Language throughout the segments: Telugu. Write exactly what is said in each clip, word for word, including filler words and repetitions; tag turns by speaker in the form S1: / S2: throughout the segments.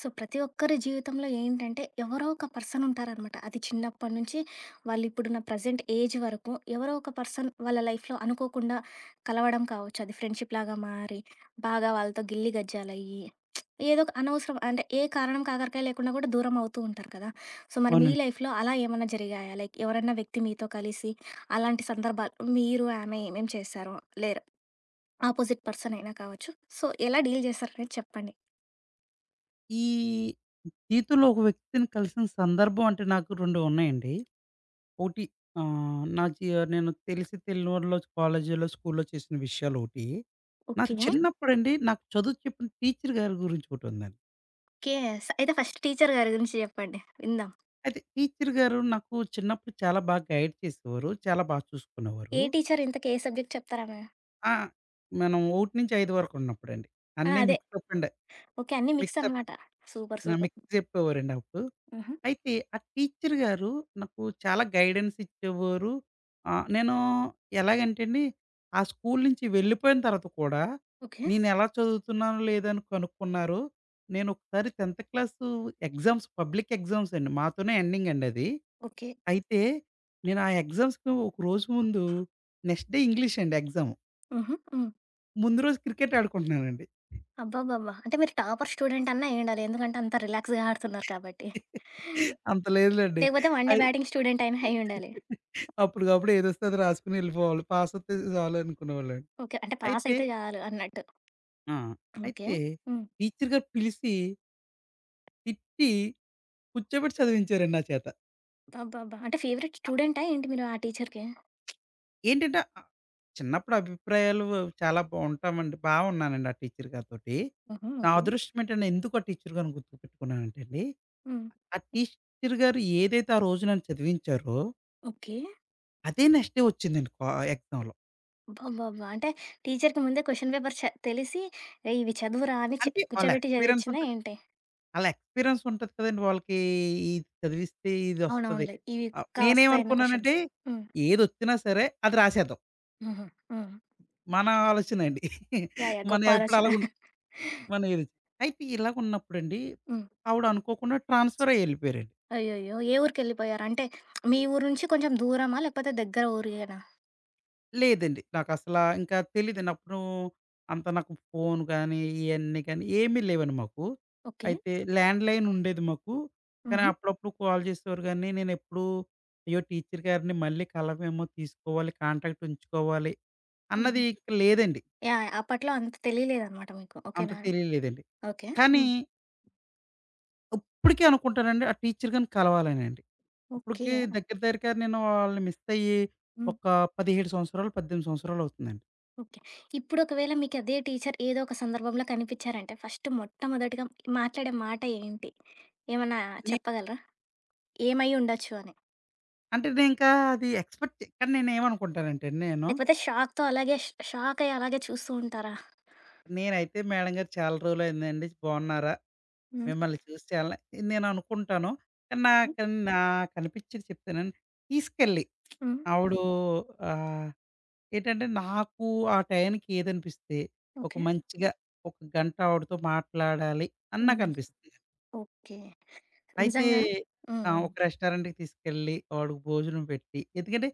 S1: సో, ప్రతి ఒక్కరి జీవితంలో ఏంటంటే, ఎవరో ఒక పర్సన్ ఉంటారనమాట. అది చిన్నప్పటి నుంచి వాళ్ళిప్పుడున్న ప్రెజెంట్ ఏజ్ వరకు ఎవరో ఒక పర్సన్ వాళ్ళ లైఫ్‌లో అనుకోకుండా కలవడం కావచ్చు. అది ఫ్రెండ్‌షిప్‌లాగా మారి, బాగా వాళ్ళతో గిల్లి గజ్జాలయ్యి, ఏదో ఒక అనవసరం అంటే ఏ కారణం కాకరకాయ లేకుండా కూడా దూరం అవుతూ ఉంటారు కదా! సో, మరి మీ
S2: అవునండి.
S1: లైఫ్‌లో అలా ఏమన్నా జరిగాయా? లైక్ ఎవరన్నా వ్యక్తి మీతో కలిసి అలాంటి సందర్భాలు మీరు, ఆమె ఏమేం చేశారో లేరు ఆపోజిట్ పర్సన్ అయినా కావచ్చు. సో, ఎలా డీల్ చేశారనేది చెప్పండి.
S2: ఈ జీవితంలో ఒక వ్యక్తిని కలిసిన సందర్భం అంటే నాకు రెండు ఉన్నాయండి. ఒకటి ఆహ్, నా జీ నేను తెలిసి తెలియనోళ్ళలో కాలేజీలో, స్కూల్‌లో చేసిన విషయాలొకటి. నా
S1: ఓకే.
S2: చిన్నప్పుడండి నాకు చదువు చెప్పిన టీచర్ గారి గురించి ఒకటుందండి.
S1: యెస్, అయితే ఫస్ట్ టీచర్ గారి గురించి చెప్పండి విందాం.
S2: అయితే టీచర్ గారు నాకు చిన్నప్పుడు చాలా బాగా గైడ్ చేసేవారు. చాలా బాగా
S1: ఏ
S2: చూసుకునేవారు.
S1: టీచర్ ఇంతకి ఏ సబ్జెక్ట్ చెప్తారామె?
S2: ఆ! మనం ఒకటి నుంచి ఐదు వరకు ఉన్నప్పుడండి.
S1: ఆ!
S2: అన్నీ
S1: అదే.
S2: మిక్సప్ అండి.
S1: ఓకే, అన్నీ మిక్స్
S2: మిక్సప్
S1: అనమాట. సూపర్.
S2: ఆ!
S1: సూపర్.
S2: మిక్స్ చెప్పేవారండి అప్పుడు.
S1: హుహు.
S2: అయితే ఆ టీచర్ గారు నాకు చాలా గైడెన్స్ ఇచ్చేవారు. ఆహ్, నేను ఎలాగంటే అండి, ఆ స్కూల్ నుంచి వెళ్ళిపోయిన తర్వాత కూడా,
S1: ఓకే.
S2: నేను ఎలా చదువుతున్నానో లేదని కనుక్కున్నారు. నేను ఒకసారి 10థ్ క్లాసు ఎగ్జామ్స్, పబ్లిక్ ఎగ్జామ్స్ అండి. మాతోనే ఎండింగ్ అండి అది.
S1: ఓకే.
S2: అయితే నేను ఆ ఎగ్జామ్స్‌కి ఒక రోజు ముందు, నెక్స్ట్ డే ఇంగ్లీష్ అండి ఎగ్జామ్.
S1: హుహు. హ్మ్.
S2: ముందు రోజు క్రికెట్ ఆడుకుంటున్నానండి.
S1: అబ్బబ్బబ్బా! అంటే మీరు టాపర్ స్టూడెంట్ అన్నా అయ్యుండాలి. ఎందుకంటే అంత రిలాక్స్‌గా ఆడుతున్నారు కాబట్టి.
S2: అంత లేదులెండి.
S1: లేకపోతే వన్ డే
S2: అయి
S1: బ్యాటింగ్ స్టూడెంట్ అయినా అయ్యుండాలి.
S2: అప్పటికప్పుడు ఏదొస్తే అది రాసుకొని వెళ్ళిపోవాలి. పాసొత్తే చాలు అనుకునేవాళ్ళండి.
S1: ఓకే, అంటే పాస్
S2: అయితే
S1: అయితే చాలు అన్నట్టు.
S2: ఆ!
S1: ఓకే.
S2: అయితే
S1: హ్మ్.
S2: టీచర్ గారు పిలిసి, తిట్టి, కూర్చోబెట్టి చదివించారండి నా చేత.
S1: అబ్బబ్బా! అంటే ఫేవరెట్ స్టూడెంటా ఏంటి మీరు ఆ టీచర్‌కి?
S2: ఏంటంటే ఆహ్, చిన్నప్పుడు అభిప్రాయాలు చాలా బా ఉంటామండి. బా ఉన్నానండి ఆ టీచర్ గారితోటి.
S1: హుహు.
S2: నా
S1: ఓకే.
S2: అదృష్టం ఏంటంటే ఎందుకు ఆ టీచర్ గారిని గుర్తుపెట్టుకున్నానంటే అండి,
S1: హ్మ్.
S2: ఆ టీచర్ గారు ఏదైతే ఆ రోజు నన్ను చదివించారో,
S1: ఓకే.
S2: అదే నెక్స్ట్ డే వచ్చిందండి కా ఎగ్జామ్‌లో.
S1: అబ్బబ్బబ్బా! అంటే టీచర్‌కి ముందే క్వెషన్ పేపర్ చ తెలిసి "ఏయ్! ఇవి చదువురా" అని చె
S2: అంటే వాళ్ళ
S1: కూర్చోబెట్టి
S2: ఎక్స్పీరియన్స్
S1: చదివిచ్చిందా
S2: ఉంటది
S1: ఏంటి?
S2: ఆళ్ళ ఎక్స్‌పీరియన్స్ ఉంటది కదండీ వాళ్ళకి. ఇది చదివిస్తే ఇదొస్తది.
S1: అవునవునులే, ఇవి
S2: ఆహ్,
S1: పక్కా వస్తాయన్న క్వెషన్స్.
S2: నేనేమనుకున్నానంటే
S1: హ్మ్.
S2: ఏదొచ్చినా సరే అది రాసేద్దాం.
S1: హుహు. హ్మ్.
S2: మన ఆలోచనండి.
S1: యాహ్! యాహ్!
S2: మన
S1: గొప్ప
S2: ఎప్పుడు
S1: ఆలోచన.
S2: అలాగుం మన ఏది అయితే ఇలాగున్నప్పుడండి
S1: హ్మ్.
S2: ఆవిడ అనుకోకుండా ట్రాన్స్‌ఫర్ అయ్యి ఎళ్ళిపోయారండి.
S1: అయ్యయ్యో! ఏ ఊరికెళ్ళిపోయారు? అంటే మీ ఊరు నుంచి కొంచెం దూరమా? లేకపోతే దగ్గర ఊరేనా?
S2: లేదండి. నాకసలా ఇంకా తెలీదండి. అప్పుడు అంత నాకు ఫోను గానీ, ఇయన్నీ కానీ ఏమీ లేవండి మాకు.
S1: ఓకే.
S2: అయితే ల్యాండ్‌లైన్ ఉండేది మాకు. కానీ
S1: హుహు.
S2: అప్పుడప్పుడు కాల్ చేసేవారు గానీ, నేనెప్పుడూ అయ్యో! టీచర్ గారిని మళ్ళీ కలవేమో, తీసుకోవాలి, కాంటాక్ట్ ఉంచుకోవాలి
S1: హుహు.
S2: అన్నది ఇక లేదండి.
S1: యాహ్! యాహ్! అప్పట్లో అంత తెలియలేదనమాట మీకు.
S2: అంత
S1: ఓకేనా?
S2: తెలియలేదండి.
S1: ఓకే.
S2: కానీ
S1: హ్మ్.
S2: ఇప్పటికీ అనుకుంటానండి ఆ టీచర్ గారిని కలవాలనండి.
S1: ఓకే.
S2: ఇప్పటికి దగ్గర దగ్గరగా నేను వాళ్ళని మిస్ అయ్యి
S1: హ్మ్.
S2: ఒక పదిహేడు సంవత్సరాలు, పద్దెనిమిది సంవత్సరాలవుతుందండి.
S1: ఓకే. ఇప్పుడొకవేళ మీకదే టీచర్ ఏదో ఒక సందర్భంలో కనిపిచ్చారంటే, ఫస్ట్ మొట్టమొదటిగా మాట్లాడే మాట ఏంటి? ఏమన్నా చెప్పగలరా? ఏమై ఉండొచ్చు అని?
S2: అంటే నేనింకా అది ఎక్స్‌పెక్ట్ కానీ నేనేమనుకుంటానంటే అండి నేను,
S1: లేకపోతే షాక్‌తో అలాగే ష్ షాకయ్యి అలాగే చూస్తూ ఉంటారా?
S2: నేనైతే మేడం గారు చాలా రోజులయిందండి బావున్నారా?
S1: హ్మ్.
S2: మిమ్మల్ని చూసి చాలా నేననుకుంటాను. కానీ నాకు నాకనిపిచ్చేది చెప్తానండి. తీసుకెళ్ళి
S1: హ్మ్.
S2: ఆవిడు ఆహ్, ఏంటంటే నాకు ఆ టయానికి ఏదనిపిస్తే, ఒక
S1: ఓకే.
S2: మంచిగా ఒక గంట ఆవిడతో మాట్లాడాలి అని
S1: హ్మ్.
S2: నాకనిపిస్తుంది.
S1: ఓకే.
S2: అయితే
S1: నిజంగా? హ్మ్.
S2: ఆ!
S1: హ్మ్.
S2: ఒక రెస్టారెంట్‌కి తీసుకెళ్ళి వాడికి భోజనం పెట్టి ఎందుకంటే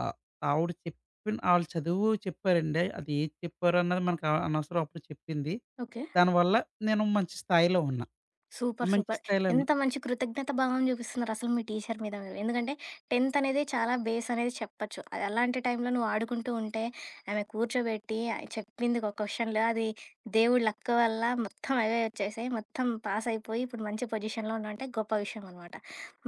S2: ఆహ్, ఆవిడ చెప్పిన ఆళ్ళు చదువు చెప్పారండి. అది ఏది చెప్పారన్నది మనకు అ అనవసరం అప్పుడు చెప్పింది.
S1: ఓకే.
S2: దానివల్ల నేను మంచి స్థాయిలో ఉన్నా.
S1: సూపర్.
S2: మంచి
S1: సూపర్.
S2: స్థాయిలో ఉన్నా.
S1: ఎంత మంచి కృతజ్ఞత భావం చూపిస్తున్నారసలు మీ టీచర్ మీద మీరు. ఎందుకంటే టెన్త్ అనేది చాలా బేస్ అనేది చెప్పొచ్చు. అది అలాంటి టైంలో నువ్వు ఆడుకుంటూ ఉంటే ఆమె కూర్చోబెట్టి ఆ చెప్పింది ఒక క్వెషన్‌లో అది దేవుడి లక్ వల్ల మొత్తం అవే వచ్చేసాయి. మొత్తం పాస్ అయిపోయి ఇప్పుడు మంచి పొజిషన్‌లో ఉన్నావంటే గొప్ప విషయం అనమాట.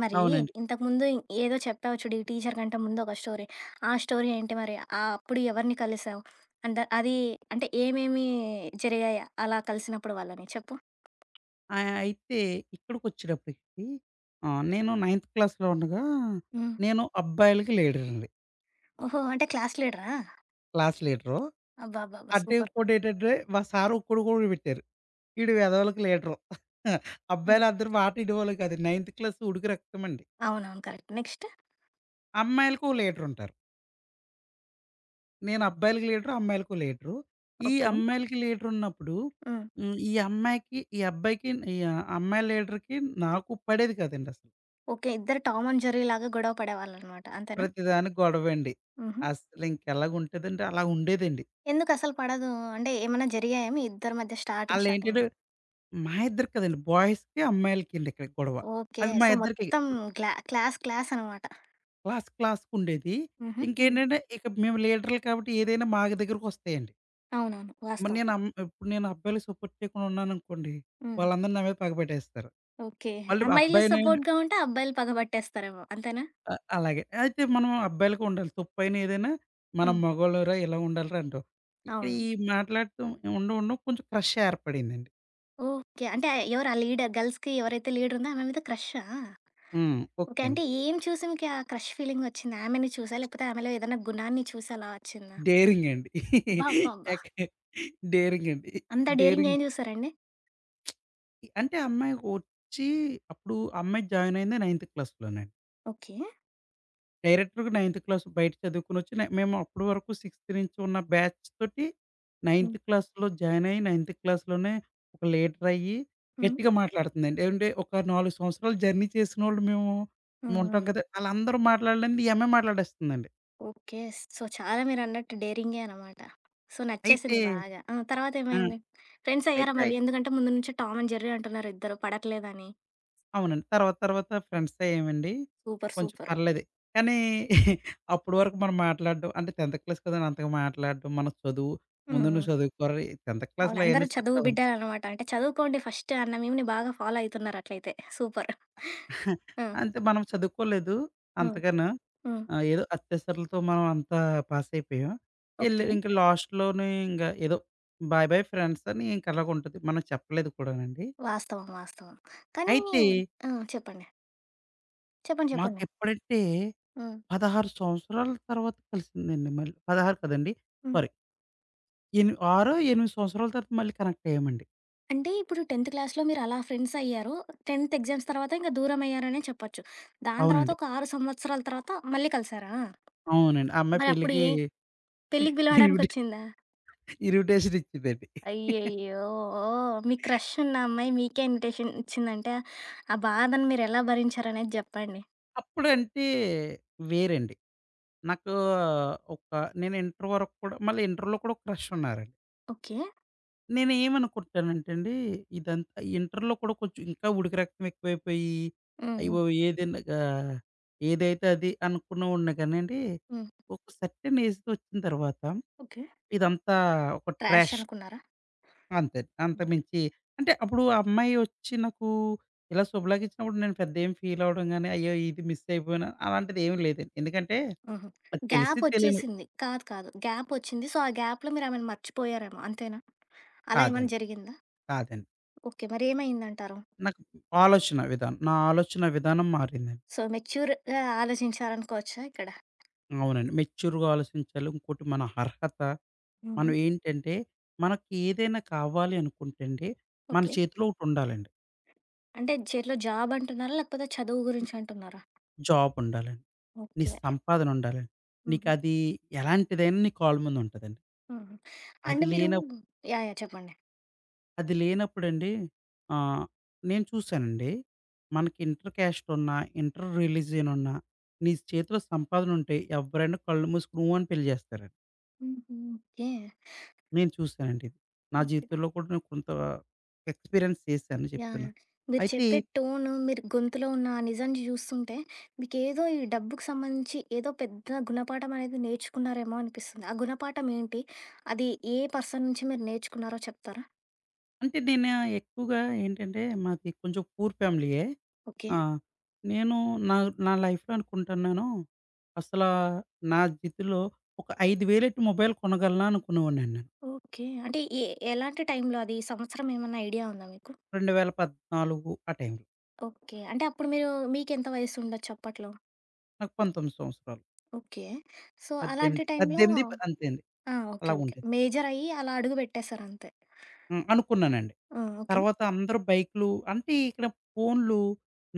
S1: మరి
S2: అవునండి.
S1: ఇంతకుముందు ఇం- ఏదో చెప్పావు చూడు ఈ టీచర్ కంటే ముందు ఒక స్టోరీ. ఆ స్టోరీ ఏంటి మరి? ఆహ్, అప్పుడు ఎవరిని కలిసావు? అండ్ అది అంటే ఏమేమి జరిగాయి అలా కలిసినప్పుడు వాళ్ళని చెప్పు?
S2: ఆహ్, అయితే ఇక్కడికొచ్చేటప్పటికి ఆహ్, నేను నైన్త్ క్లాస్‌లో ఉండగా
S1: హ్మ్.
S2: నేను అబ్బాయిలకి లీడరండి.
S1: ఓహో! అంటే క్లాస్ లీడరా?
S2: Class leader.
S1: అబ్బబ్బబ్బా!
S2: అంటే
S1: సూపర్.
S2: ఇంకోటేంటంటే మా సార్ ఒక్కడు కూడా పెట్టారు. ఈడు వెధవలకి లీటరు.
S1: హ్మ్.
S2: అబ్బాయిలందరూ మాట ఇనేవాళ్ళు కాదు. నైన్త్ క్లాస్ ఉడుకు రక్తమండి.
S1: అవునవును. కరెక్ట్. నెక్స్ట్?
S2: అమ్మాయిలకో లీటరుంటారు. నేను అబ్బాయిలకి లీటరు, అమ్మాయిలకో లీటరు. ఈ
S1: ఓకే.
S2: అమ్మాయిలకి లీటరున్నప్పుడు
S1: హ్మ్.
S2: హ్మ్. ఈ అమ్మాయికి, ఈ అబ్బాయికి ఈ అమ్మాయి లీటరుకి నాకు పడేది కాదండసలు.
S1: ఓకే. ఇద్దరు టామ్ అండ్ జెర్రీ లాగా గొడవ పడేవాళ్ళనమాట. అంతేనా?
S2: ప్రతిదానికి గొడవండి.
S1: హుహు.
S2: అసలింకెలాగుంటదంటే అలా ఉండేదండి.
S1: ఎందుకసలు పడదు? అంటే ఏమన్నా జరిగాయా మీ ఇద్దరి మధ్య స్టార్టింగ్ స్టార్టింగ్‌లో?
S2: ఆళ్ళేంటంటే మా ఇద్దరికి కాదండి బాయ్స్‌కి, అమ్మాయిలకండి ఇక్కడ గొడవ.
S1: ఓకే.
S2: అది మా
S1: సో,
S2: ఇద్దరికి.
S1: మొత్తం గ్లా క్లాస్ క్లాస్ అనమాట.
S2: క్లాస్ క్లాస్‌కుండేది.
S1: హుహు. హ్మ్.
S2: ఇంకేంటంటే, ఇక మేము లీడర్లు కాబట్టి ఏదైనా మా దగ్గరికొస్తాయండి.
S1: అవునవును.
S2: మరి
S1: వాస్తవం.
S2: నేను అమ్ ఇప్పుడు నేను అబ్బాయిలకి సపోర్ట్ చేయకుండా ఉన్నాననుకోండి,
S1: హ్మ్.
S2: వాళ్ళందరూ నా మీద పగ పెట్టేస్తారు.
S1: ఓకే.
S2: మళ్ళీ
S1: అమ్మాయిలు
S2: అబ్బాయినేంటి
S1: సపోర్ట్‌గా ఉంటే అబ్బాయిలు పగబట్టేస్తారేమో. అంతేనా?
S2: అ అలాగే. అయితే మనం అబ్బాయిలకే ఉండాలి. తప్పైన ఏదైనా మనం
S1: హ్మ్.
S2: మగోళ్ళురా ఇలా ఉండాలిరా అంటాం. ఇక్కడ
S1: అవును.
S2: ఈ మాట్లాడటం ఉండ ఉండం కొంచెం క్రష్ ఏర్పడిందండి.
S1: ఓకే, అంటే ఎవరు ఆ లీడర్ గర్ల్స్‌కి ఎవరైతే లీడర్ ఉందో ఆమె మీద క్రషా?
S2: హ్మ్. ఓకే
S1: ఓకే, అంటే
S2: అండి.
S1: ఏం చూసి మీకా క్రష్ ఫీలింగ్ వచ్చింది? ఆమెని చూసా? లేకపోతే ఆమెలో ఏదైనా గుణాన్ని చూసి అలా వచ్చిందా?
S2: డేరింగ్ అండి.
S1: అబ్బబ్బబ్బా!
S2: ఎక్ డేరింగ్ అండి.
S1: అంత డేరింగ్ ఏం
S2: డేరింగ్
S1: చూసారండి?
S2: అంటే అమ్మాయి వచ్చి అప్పుడు అమ్మాయి జాయిన్ అయింది నైన్త్ క్లాస్‌లోనండి.
S1: ఓకే.
S2: డైరెక్ట్‌గా నైన్త్ క్లాస్ బయట చదువుకొనొచ్చి నే మేము అప్పటి వరకు సిక్స్త్ నుంచి ఉన్న బ్యాచ్ తోటి
S1: హ్మ్.
S2: నైన్త్ క్లాస్‌లో జాయిన్ అయ్యి, నైన్త్ క్లాస్‌లోనే ఒక లీడర్ అయ్యి
S1: హ్మ్.
S2: గట్టిగా మాట్లాడుతుందండి. ఏంటే ఒక నాలుగు సంవత్సరాలు జర్నీ చేసినోళ్ళు మేము
S1: హ్మ్. హ్మ్.
S2: ఉంటాం కదా! ఆళ్ళందరూ మాట్లాడలేనిది ఈమె మాట్లాడేస్తుందండి.
S1: ఓకే. సో, చాలా మీరన్నట్టు డేరింగే అనమాట. సో,
S2: అయితే
S1: నచ్చేసింది బాగా. ఆ!
S2: ఆ!
S1: తర్వాతేమైంది? ఫ్రెండ్స్ అయ్యారా
S2: అయితే
S1: మరి? ఎందుకంటే ముందు నుంచి టామ్ అండ్ జెర్రీ అంటున్నారు ఇద్దరు పడట్లేదని.
S2: అవునండి. తర్వాత తర్వాత ఫ్రెండ్స్ అయ్యామండి.
S1: సూపర్.
S2: కొంచెం
S1: సూపర్.
S2: పర్లేదు. కానీ అప్పటి వరకు మనం మాట్లాడడం అంటే 10థ్ క్లాస్ కదండీ! అంతగా మాట్లాడడం, మన చదువు ముందు
S1: హ్మ్.
S2: నువ్వు చదువుకోవాలి 10థ్
S1: అవును,
S2: క్లాస్‌లో
S1: అందరూ
S2: అయన్నీ సెట్
S1: చదువు
S2: అవ్వవు.
S1: బిడ్డలనమాట. అంటే చదువుకోండి ఫస్ట్ అన్న మీమ్‌ని బాగా ఫాలో అయితున్నారు అట్లయితే. సూపర్. ఆ!
S2: అంటే మనం చదువుకోలేదు
S1: హ్మ్.
S2: అంతగాను.
S1: హ్మ్.
S2: ఆహ్, ఏదో అత్యవసరాలతో మనం అంతా పాస్ అయిపోయాం. ఎళ్ళి
S1: ఓకే.
S2: ఇంక లాస్ట్‌లోనే ఇంగ ఏదో బాయ్ బాయ్ ఫ్రెండ్స్ అని ఇంక అలాగుంటది. మనం చెప్పలేదు కూడానండి.
S1: వాస్తవం. వాస్తవం. కానీ
S2: అయితే
S1: ఆ! చెప్పండి. చెప్పండి. చెప్పండి.
S2: మాకెప్పుడంటే
S1: హ్మ్.
S2: పదహారు సంవత్సరాల తర్వాత కలిసిందండి మళ్ళీ. పదహారు కాదండి.
S1: హ్మ్.
S2: సారీ ఎని ఆరో, ఎనిమిది సంవత్సరాల తర్వాత మళ్ళీ కనెక్ట్ అయ్యామండి.
S1: అంటే ఇప్పుడు టెన్త్ క్లాస్‌లో మీరు అలా ఫ్రెండ్స్ అయ్యారు. టెన్త్ ఎగ్జామ్స్ తర్వాత ఇంక దూరం అయ్యారనే చెప్పొచ్చు. దాని తర్వాత
S2: అవునండి.
S1: ఒక ఆరు సంవత్సరాల తర్వాత మళ్ళీ కలిసారా?
S2: అవునండి. ఆ అమ్మాయి
S1: మరి అప్పుడు
S2: పెళ్ళికి
S1: ఏ పెళ్ళికి
S2: ఇన్వి‌టె
S1: పిలవడానికొచ్చిందా?
S2: ఇన్విటేషన్ ఇచ్చిందండి.
S1: అయ్యయ్యో! మీ క్రష్ ఉన్న అమ్మాయి మీకే ఇన్విటేషన్ ఇచ్చిందంటే, ఆ బాధను మీరెలా భరించారనేది జెప్పండి.
S2: అప్పుడంటే వేరండి. నాకు ఒక నేను ఇంటర్ వరకు కూడా మళ్ళీ ఇంటర్‌లో కూడా ఒక క్రష్ ఉన్నారండి.
S1: ఓకే.
S2: నేనేమనుకుంటానంటే అండి, ఇదంతా ఇంటర్‌లో కూడా కొంచెం ఇంకా ఉడికి రక్తం ఎక్కువైపోయి,
S1: హ్మ్. హ్మ్.
S2: అయ్యో! ఏదైనా గా ఏదైతే అది అనుకున్న ఉన్నా కానండి,
S1: హ్మ్.
S2: ఒక సర్టెన్ ఏజ్‌కి వచ్చిన తర్వాత
S1: ఓకే.
S2: ఇదంతా ఒక
S1: ట్రాష్
S2: ట్రాష్
S1: అనుకున్నారా?
S2: అంతే.
S1: హ్మ్.
S2: అంతకుమించి అంటే అప్పుడు ఆ అమ్మాయి వచ్చి నాకు ఇలా శుభలాకిచ్చినప్పుడు నేను పెద్ద ఏం ఫీల్ అవ్వడం గాని, అయ్యో! ఇది మిస్ అయిపోయాను అలాంటిది ఏమి లేదండి. ఎందుకంటే,
S1: హుహు.
S2: నాకు తెలిసి
S1: గ్యాప్
S2: తెలియని
S1: ఒచ్చేసింది. కాదు, కాదు. గ్యాప్ ఒచ్చింది. సో, ఆ గ్యాప్‌లో మీరు ఆమెను మర్చిపోయారేమో అంతేనా? అలా ఏమైనా
S2: కాదండి.
S1: జరిగిందా?
S2: కాదండి.
S1: ఓకే, మరేమైందంటారు?
S2: నాకు ఆలోచన విధానం. నా ఆలోచన విధానం మారిందండి.
S1: సో, మెచ్యూర్‌గా ఆలోచించారనుకోవచ్చా ఇక్కడ?
S2: అవునండి. మెచ్యూర్‌గా ఆలోచించాలి. ఇంకోటి మన అర్హత, మనం
S1: హుహు.
S2: ఏంటంటే మనకి ఏదైనా కావాలి అనుకుంటే అండి, మన
S1: ఓకే,
S2: చేతిలో ఒకటుండాలండి.
S1: అంటే చేతిలో జాబ్ అంటున్నారా? లేకపోతే చదువు గురించి అంటున్నారా?
S2: జాబ్ ఉండాలండి. నీ
S1: ఓకే.
S2: సంపాదన ఉండాలండి.
S1: హుహు.
S2: నీకది ఎలాంటిదైనా నీ కాళ్ళ మీద ఉంటదండి.
S1: హుహు. హుహు. అండ్
S2: అది
S1: మీరు
S2: లేన
S1: యాహ్! యాహ్! చెప్పండి.
S2: అది లేనప్పుడండి ఆహ్, నేను చూసానండి. మనకి ఇంటర్ క్యాస్ట్ ఉన్నా, ఇంటర్ రిలీజియన్ ఉన్నా, నీ చేతిలో సంపాదన ఉంటే ఎవ్వరైనా కళ్ళు మూసుకొని ఊ అని పెళ్లి చేస్తారండి.
S1: హుహు. ఓకే.
S2: నేను చూసానండి. నా
S1: ఓకే.
S2: జీవితంలో కూడా నేను కొంత ఎక్స్‌పీరియన్స్ చేశాను
S1: యాహ్!
S2: చెప్తున్నా.
S1: యాహ్! మీరు
S2: అయితే
S1: చెప్పే టోను, మీరు గొంతులో ఉన్న ఆ నిజాన్ని చూస్తుంటే, మీకేదో ఈ డబ్బుకి సంబంధించి ఏదో పెద్ద గుణపాఠం అనేది నేర్చుకున్నారేమో అనిపిస్తుంది. ఆ గుణపాఠం ఏంటి? అది ఏ పర్సన్ నుంచి మీరు నేర్చుకున్నారో చెప్తారా?
S2: అంటే నేను ఎక్కువగా ఏంటంటే మాది కొంచెం పూర్ ఫ్యామిలీయే.
S1: ఓకే.
S2: ఆ! నేను నా నా లైఫ్‌లో అనుకుంటున్నాను అసలా నా జీవితంలో ఒక ఐదు వేల ఎట్టి మొబైల్ కొనగలనా అనుకునేవాడినండి నేను.
S1: ఓకే, అంటే ఎ ఎలాంటి టైంలో అది? సంవత్సరం ఏమన్నా ఐడియా ఉందా మీకు?
S2: రెండు వేల పద్నాలుగు ఆ టైంలో.
S1: ఓకే, అంటే అప్పుడు మీరు మీకెంత వయసుండొచ్చు అప్పట్లో?
S2: నాకు పందొమ్మిది సంవత్సరాలు.
S1: ఓకే. సో, అలాంటి
S2: పద్దెనిమిది
S1: టైంలో
S2: పద్దెనిమిది అంతే అండి.
S1: ఆ! ఓకే. ఓకే.
S2: అలాగుండేది.
S1: మేజరయ్యి అలా అడుగు పెట్టేసారంతే.
S2: హ్మ్. అనుకున్నానండి.
S1: హ్మ్. ఓకే.
S2: తర్వాత అందరూ బైక్‌లు అంటే ఇక్కడ ఫోన్‌లు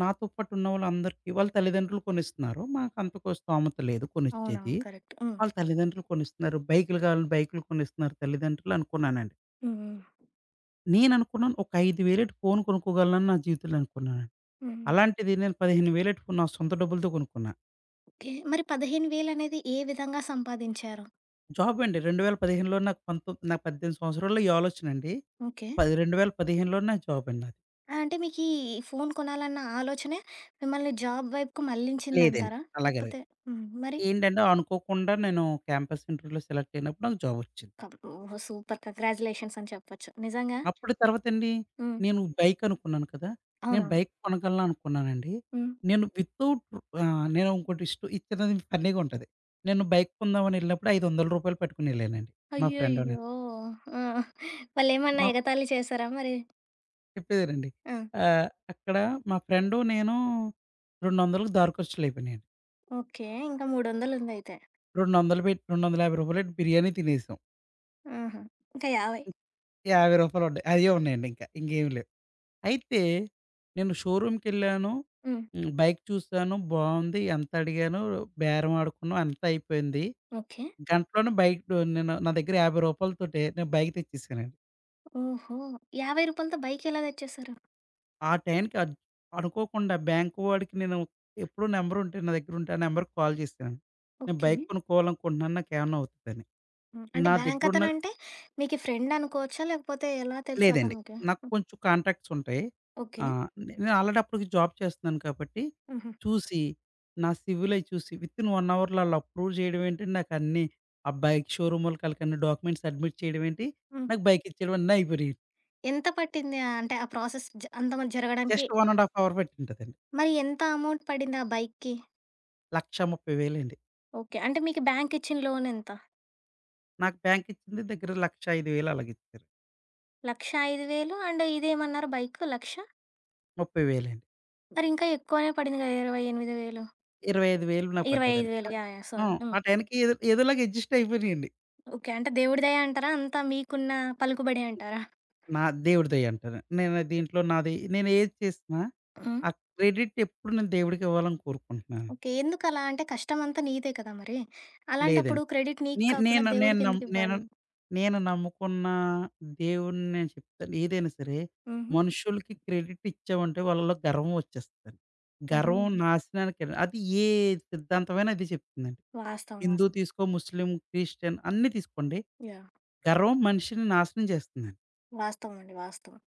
S2: నాతో పాటు ఉన్నవాళ్ళందరికీ వాళ్ళ తల్లిదండ్రులు కొనిస్తున్నారు. మాకంత కో స్తోమత లేదు కొనిచ్చేది.
S1: అవునవును. కరెక్ట్. హ్మ్.
S2: వాళ్ళ తల్లిదండ్రులు కొనిస్తున్నారు. బైకులు కావాలని బైకులు కొనిస్తున్నారు తల్లిదండ్రులు అనుకున్నానండి.
S1: హ్మ్.
S2: నేననుకున్నాను ఒక ఐదు వేల ఫోన్ కొనుక్కోగలనని నా జీవితంలో అనుకున్నానండి.
S1: హ్మ్.
S2: అలాంటిది నేను పదిహేను వేల ఫోన్ నా సొంత డబ్బులతో కొనుక్కున్నా.
S1: ఓకే. మరి పదిహేను వేల అనేది ఏ విధంగా సంపాదించారు?
S2: జాబ్ అండి 2015లో నాకు పంతో నాకు పద్దెనిమిది సంవత్సరాల్లో ఈ ఆలోచనండి.
S1: ఓకే.
S2: పది 2015లోనే నాకు జాబ్ అండి నాది.
S1: ఆ! అంటే మీకీ ఈ ఫోను కొనాలన్న ఆలోచనే మిమ్మల్ని జాబ్ వైపుకు
S2: లేదండి.
S1: మళ్ళించిందంటారా?
S2: అలాగే అలాగే.
S1: లేకపోతే హ్మ్. మరి
S2: ఏంటంటే అనుకోకుండా నేను క్యాంపస్ ఇంటర్వ్యూలో సెలెక్ట్ అయినప్పుడు నాకు జాబొచ్చింది.
S1: కబ్ ఓహో! సూపర్, కంగ్రాచ్యులేషన్స్ అని చెప్పొచ్చు. నిజంగా
S2: అప్పుడు తర్వాతండి
S1: హ్మ్.
S2: నేను బైక్ అనుకున్నాను కదా! నేను
S1: అవునవును.
S2: బైక్ కొనగలను అనుకున్నానండి.
S1: హ్మ్.
S2: నేను వితౌట్ ఆహ్, నేను ఇంకోటి ఇష్ట ఇది చిన్నది ఫన్నీగా ఉంటది. నేను బైక్ కొందామని ఎళ్ళినప్పుడు రూ. ఐదు వందలు పెట్టుకొని ఎళ్ళానండి. మా ఫ్రెండు నేను.
S1: అయ్యయ్యో! ఆ! వాళ్ళేమన్నా
S2: మా
S1: ఎగతాళి చేసారా మరి?
S2: చెప్పేదేనండి.
S1: ఆ!
S2: ఆహ్, అక్కడ మా ఫ్రెండు నేను 200కి దారి ఖర్చులయిపోయినాయండి.
S1: ఓకే. ఇంకా మూడు వందలు ఉందయితే.
S2: రెండు వందలు పెట్టి రూ. రెండు వందల యాభై పెట్టి బిర్యానీ తినేసాం.
S1: ఆహా! ఇంకా యాభై.
S2: రూ. యాభై ఉండే అయ్యే ఉన్నాయండి ఇంకా. ఇంకేమి లేవు. అయితే నేను షోరూమ్‌కెళ్ళాను.
S1: హ్మ్.
S2: హ్మ్. బైక్ చూసాను. బావుంది. ఎంత అడిగాను, బేరం ఆడుకున్నాం. అంతా అయిపోయింది.
S1: ఓకే.
S2: గంటలోనే బైక్ నేను నా దగ్గర రూ. యాభై నేను బైక్ తెచ్చేసానండి.
S1: ఓహో! రూ. 50తో బైకెలా తెచ్చేసారు?
S2: ఆ టైంకి అన్ అనుకోకుండా బ్యాంకు వాడికి నేను ఎప్పుడూ నంబర్ ఉంటే నా దగ్గర ఉంటే ఆ నంబర్‌కి కాల్ చేశాను. నేను
S1: ఓకే.
S2: బైక్ కొనుక్కోవాలనుకుంటున్నాను. నాకేమన్నా అవుతదని.
S1: హ్మ్, అంటే
S2: నా
S1: బ్యాంక్
S2: దగ్గరున్న
S1: అతనంటే మీకి ఫ్రెండ్ అనుకోవచ్చా? లేకపోతే ఎలా తెలుసు
S2: లేదండి.
S1: అతనికి?
S2: నాకు
S1: హ్మ్.
S2: కొంచెం కాంటాక్ట్స్ ఉంటాయి.
S1: ఓకే.
S2: ఆహ్, నేను ఆల్రెడీ అప్పటికి జాబ్ చేస్తున్నాను కాబట్టి,
S1: హుహు.
S2: చూసి నా సివిల్ అయి చూసి వితిన్ ఒక అవర్‌లో ఆళ్ళు అప్రూవ్ చేయడం ఏంటండి, నాకన్నీ ఆ బైక్ షోరూమోళ్ళకి ఆళ్ళకన్ని డాక్యుమెంట్స్ సబ్మిట్ చేయడం ఏంటి,
S1: హ్మ్.
S2: నాకు బైక్ ఇచ్చేయడం అన్నీ అయిపోయినాయి.
S1: ఎంత పట్టింది ఆహ్, అంటే ఆ ప్రాసెస్ జ అంత మ జరగడానికి?
S2: జస్ట్ ఒకటిన్నర ½ అవర్ పట్టింటదండి.
S1: మరి ఎంత అమౌంట్ పడింది ఆ బైక్‌కి?
S2: ఒక లక్షా,ముప్పై వేలు
S1: ఓకే, అంటే మీకు బ్యాంక్ ఇచ్చిన లోన్ ఎంత?
S2: నాకు బ్యాంక్ ఇచ్చింది దగ్గర లక్షా ఐదు వేలు అలాగ ఇచ్చారు.
S1: 1,లక్షా ఐదు వేలు అండ్ ఇదేమన్నారు బైక్ 1,ఒక లక్ష
S2: ముప్పై వేలు
S1: మరి ఇంకా ఎక్కువనే పడింది కదా! ఇరవై ఎనిమిది వేలు
S2: ఇరవై ఐదు వేలు నాకు పడ్డదండి.
S1: ఇరవై ఐదు వేలు యాహ్! యాహ్!
S2: ఆ!
S1: సారీ. హ్మ్.
S2: ఆ టయానికి ఏదో ఏదోలాగా అడ్జస్ట్ అయిపోయానండి.
S1: ఓకే, అంటే దేవుడి దయ అంటారా? అంతా మీకున్న పలుకుబడే అంటారా?
S2: నా దేవుడి దయంటారు. నేను దీంట్లో నాది నేను ఏది చేసినా, ఆ క్రెడిట్ ఎప్పుడు నేను దేవుడికి ఇవ్వాలని కోరుకుంటున్నాను.
S1: ఓకే. ఎందుకలా? అంటే కష్టమంతా నీదే కదా మరి. అలాంటప్పుడు
S2: లేదండి.
S1: క్రెడిట్ నీకు
S2: నే
S1: కాకుండా
S2: నేను నేను
S1: దేవుడికి
S2: నమ్ నేను
S1: ఎందుకివ్వాలి?
S2: నేను నమ్ముకున్న దేవుడిని నేను చెప్తాను. ఏదైనా సరే
S1: హుహు.
S2: మనుషులకి క్రెడిట్ ఇచ్చామంటే వాళ్ళలో గర్వం వచ్చేస్తదండి.
S1: ఓహో!
S2: గర్వం నాశనానికి ఎడ- అది ఏ సిద్ధాంతమైనా అదే చెప్తుందండి.
S1: వాస్తవం.
S2: హిందూ
S1: వాస్తవం.
S2: తీసుకో, ముస్లిం, క్రిస్టియన్ అన్నీ తీసుకోండి.
S1: యాహ్!
S2: గర్వం మనిషిని నాశనం చేస్తుంది.
S1: వాస్తవం అండి. వాస్తవం.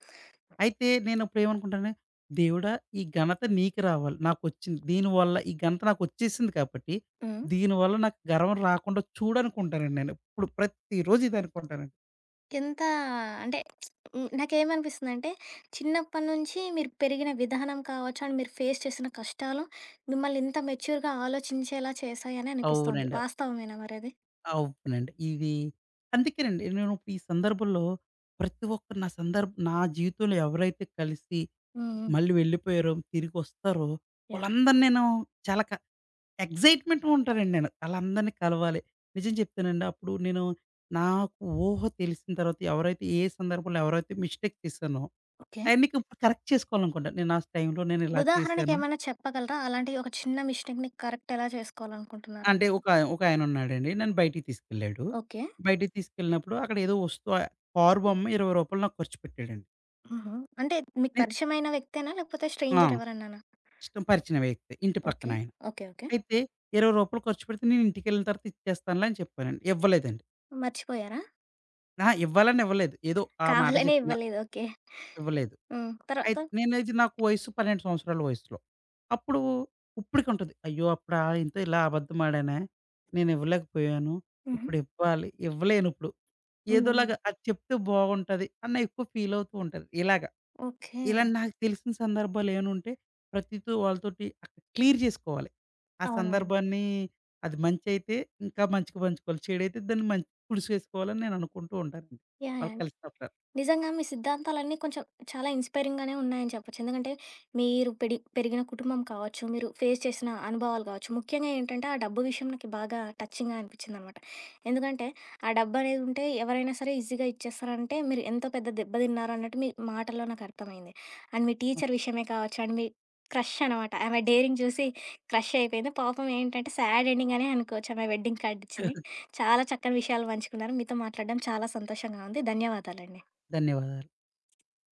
S2: అయితే నేనప్పుడు ఏమనుకుంటాను, దేవుడా! ఈ ఘనత నీకు రావాలి. నాకొచ్చింది. దీనివల్ల ఈ ఘనత నాకొచ్చేసింది కాబట్టి,
S1: హ్మ్.
S2: దీనివల్ల నాకు గర్వం రాకుండా చూడనుకుంటానండి నేను. ఇప్పుడు ప్రతిరోజు ఇది అనుకుంటానండి.
S1: ఎంత అంటే హ్మ్. నాకేమనిపిస్తుందంటే చిన్నప్పటి నుంచి మీరు పెరిగిన విధానం కావచ్చు, అండ్ మీరు ఫేస్ చేసిన కష్టాలు మిమ్మల్ని ఇంత మెచ్యూర్‌గా ఆలోచించేలా చేశాయని అనిపిస్తోంది.
S2: అవునండి.
S1: వాస్తవమేనా మరది?
S2: అవునండి. ఇది అందుకేనండి నేను ఇప్పుడు ఈ సందర్భంలో ప్రతి ఒక్కరు నా సందర్భ నా జీవితంలో ఎవరైతే కలిసి
S1: హ్మ్. హ్మ్.
S2: మళ్ళీ వెళ్ళిపోయారో, తిరిగొస్తారో
S1: యాహ్!
S2: వాళ్ళందరిని నేను చాలా క ఎక్సైట్‌మెంట్‌గా ఉంటానండి నేను. ఆళ్ళందరిని కలవాలి. నిజం చెప్తానండి. అప్పుడు నేను నాకు ఊహ తెలిసిన తర్వాత ఎవరైతే ఏ సందర్భంలో ఎవరైతే మిస్టేక్ చేశానో
S1: ఓకే.
S2: ఆయన్ని ఇప్పుడు కరెక్ట్ చేసుకోవాలనుకుంటాను. నేను ఆ టైంలో నేను ఇలా చేశాను.
S1: ఉదాహరణకేమైనా చెప్పగలరా? అలాంటి ఒక చిన్న మిస్టేక్‌ని కరెక్ట్ ఎలా
S2: అంటే
S1: చేసుకోవాలనుకుంటున్నారనేది?
S2: ఒక ఒక ఆయన ఉన్నాడండి. నన్ను బయటికి తీసుకెళ్ళాడు.
S1: ఓకే.
S2: బయటికి తీసుకెళ్ళినప్పుడు అక్కడ ఏదో వస్తువు కారు బొమ్మ రూ. ఇరవై నాకు ఖర్చు పెట్టాడండి.
S1: ఆహా! అంటే మీకు
S2: నేను
S1: పరిచయమైన వ్యక్తేనా? లేకపోతే
S2: ఆ!
S1: స్ట్రేంజర్ ఎవరన్నానా?
S2: ఇష్టం పరిచిన వ్యక్తి. ఇంటి పక్కన
S1: ఓకే.
S2: ఆయన.
S1: ఓకే. ఓకే.
S2: అయితే రూ. ఇరవై ఖర్చు పెడితే నేను ఇంటికెళ్ళిన తర్వాత ఇచ్చేస్తానులే అని చెప్పానండి. ఇవ్వలేదండి.
S1: మర్చిపోయారా?
S2: అహా! ఇవ్వాలని ఇవ్వలేదు. ఏదో ఆ మాట
S1: కావాలనే
S2: చెప్పాను.
S1: ఇవ్వలేదు. ఓకే.
S2: ఇవ్వలేదు.
S1: హ్మ్. తర్వాత?
S2: అయితే నేనైతే నాకు వయస్సు పన్నెండు సంవత్సరాల వయసులో. అప్పుడు ఇప్పటికుంటది. అయ్యో! అప్పుడా ఈయనతో ఇలా అబద్ధమాడానే, నేనివ్వలేకపోయాను.
S1: హుహు.
S2: ఇప్పుడివ్వాలి, ఇవ్వలేనిప్పుడు.
S1: హ్మ్.
S2: ఏదోలాగా అది చెప్తే బాగుంటది అని నా ఎక్కువ ఫీలవుతూ ఉంటాను. ఇలాగ.
S1: ఓకే.
S2: ఇలా నాకు తెలిసిన సందర్భాలేవన్నుంటే ప్రతితో వాళ్ళతోటి అక్కడ క్లియర్ జేసుకోవాలి. ఆ
S1: అవునవును.
S2: సందర్భాన్ని అది మంచయితే ఇంకా మంచిగా పంచుకోవాలి. చెడైతే దాన్ని మంచి పులుసేసుకోవాలని నేను అనుకుంటూ ఉంటానండి.
S1: యాహ్!
S2: వాళ్ళు
S1: యాహ్!
S2: కలిసినప్పుడు.
S1: నిజంగా మీ సిద్ధాంతాలన్నీ కొంచెం చాలా ఇన్స్పైరింగ్‌గానే ఉన్నాయని చెప్పొచ్చు. ఎందుకంటే, మీరు పెడి పెరిగిన కుటుంబం కావచ్చు, మీరు ఫేస్ చేసిన అనుభవాలు కావచ్చు, ముఖ్యంగా ఏంటంటే, ఆ డబ్బు విషయం నాకు బాగా టచింగ్‌గా అనిపించిందనమాట. ఎందుకంటే, ఆ డబ్బనేది ఉంటే ఎవరైనా సరే ఈజీగా ఇచ్చేస్తారంటే, మీరు ఎంతో పెద్ద దెబ్బ తిన్నారన్నట్టు మీ మాటల్లో నాకు అర్థమైంది. అండ్ మీ టీచర్ విషయమే కావచ్చు, అండ్ మీ క్రష్ అనమాట. ఆమె డేరింగ్ చూసి క్రష్ అయిపోయింది. పాపం ఏంటంటే, సాడ్ ఎండింగ్ అనే అనుకోవచ్చు. ఆమె వెడ్డింగ్ కార్డ్ ఇచ్చింది.
S2: అవును.
S1: చాలా చక్కని విషయాలు పంచుకున్నారు. మీతో మాట్లాడడం చాలా సంతోషంగా ఉంది. ధన్యవాదాలండి.
S2: ధన్యవాదాలు.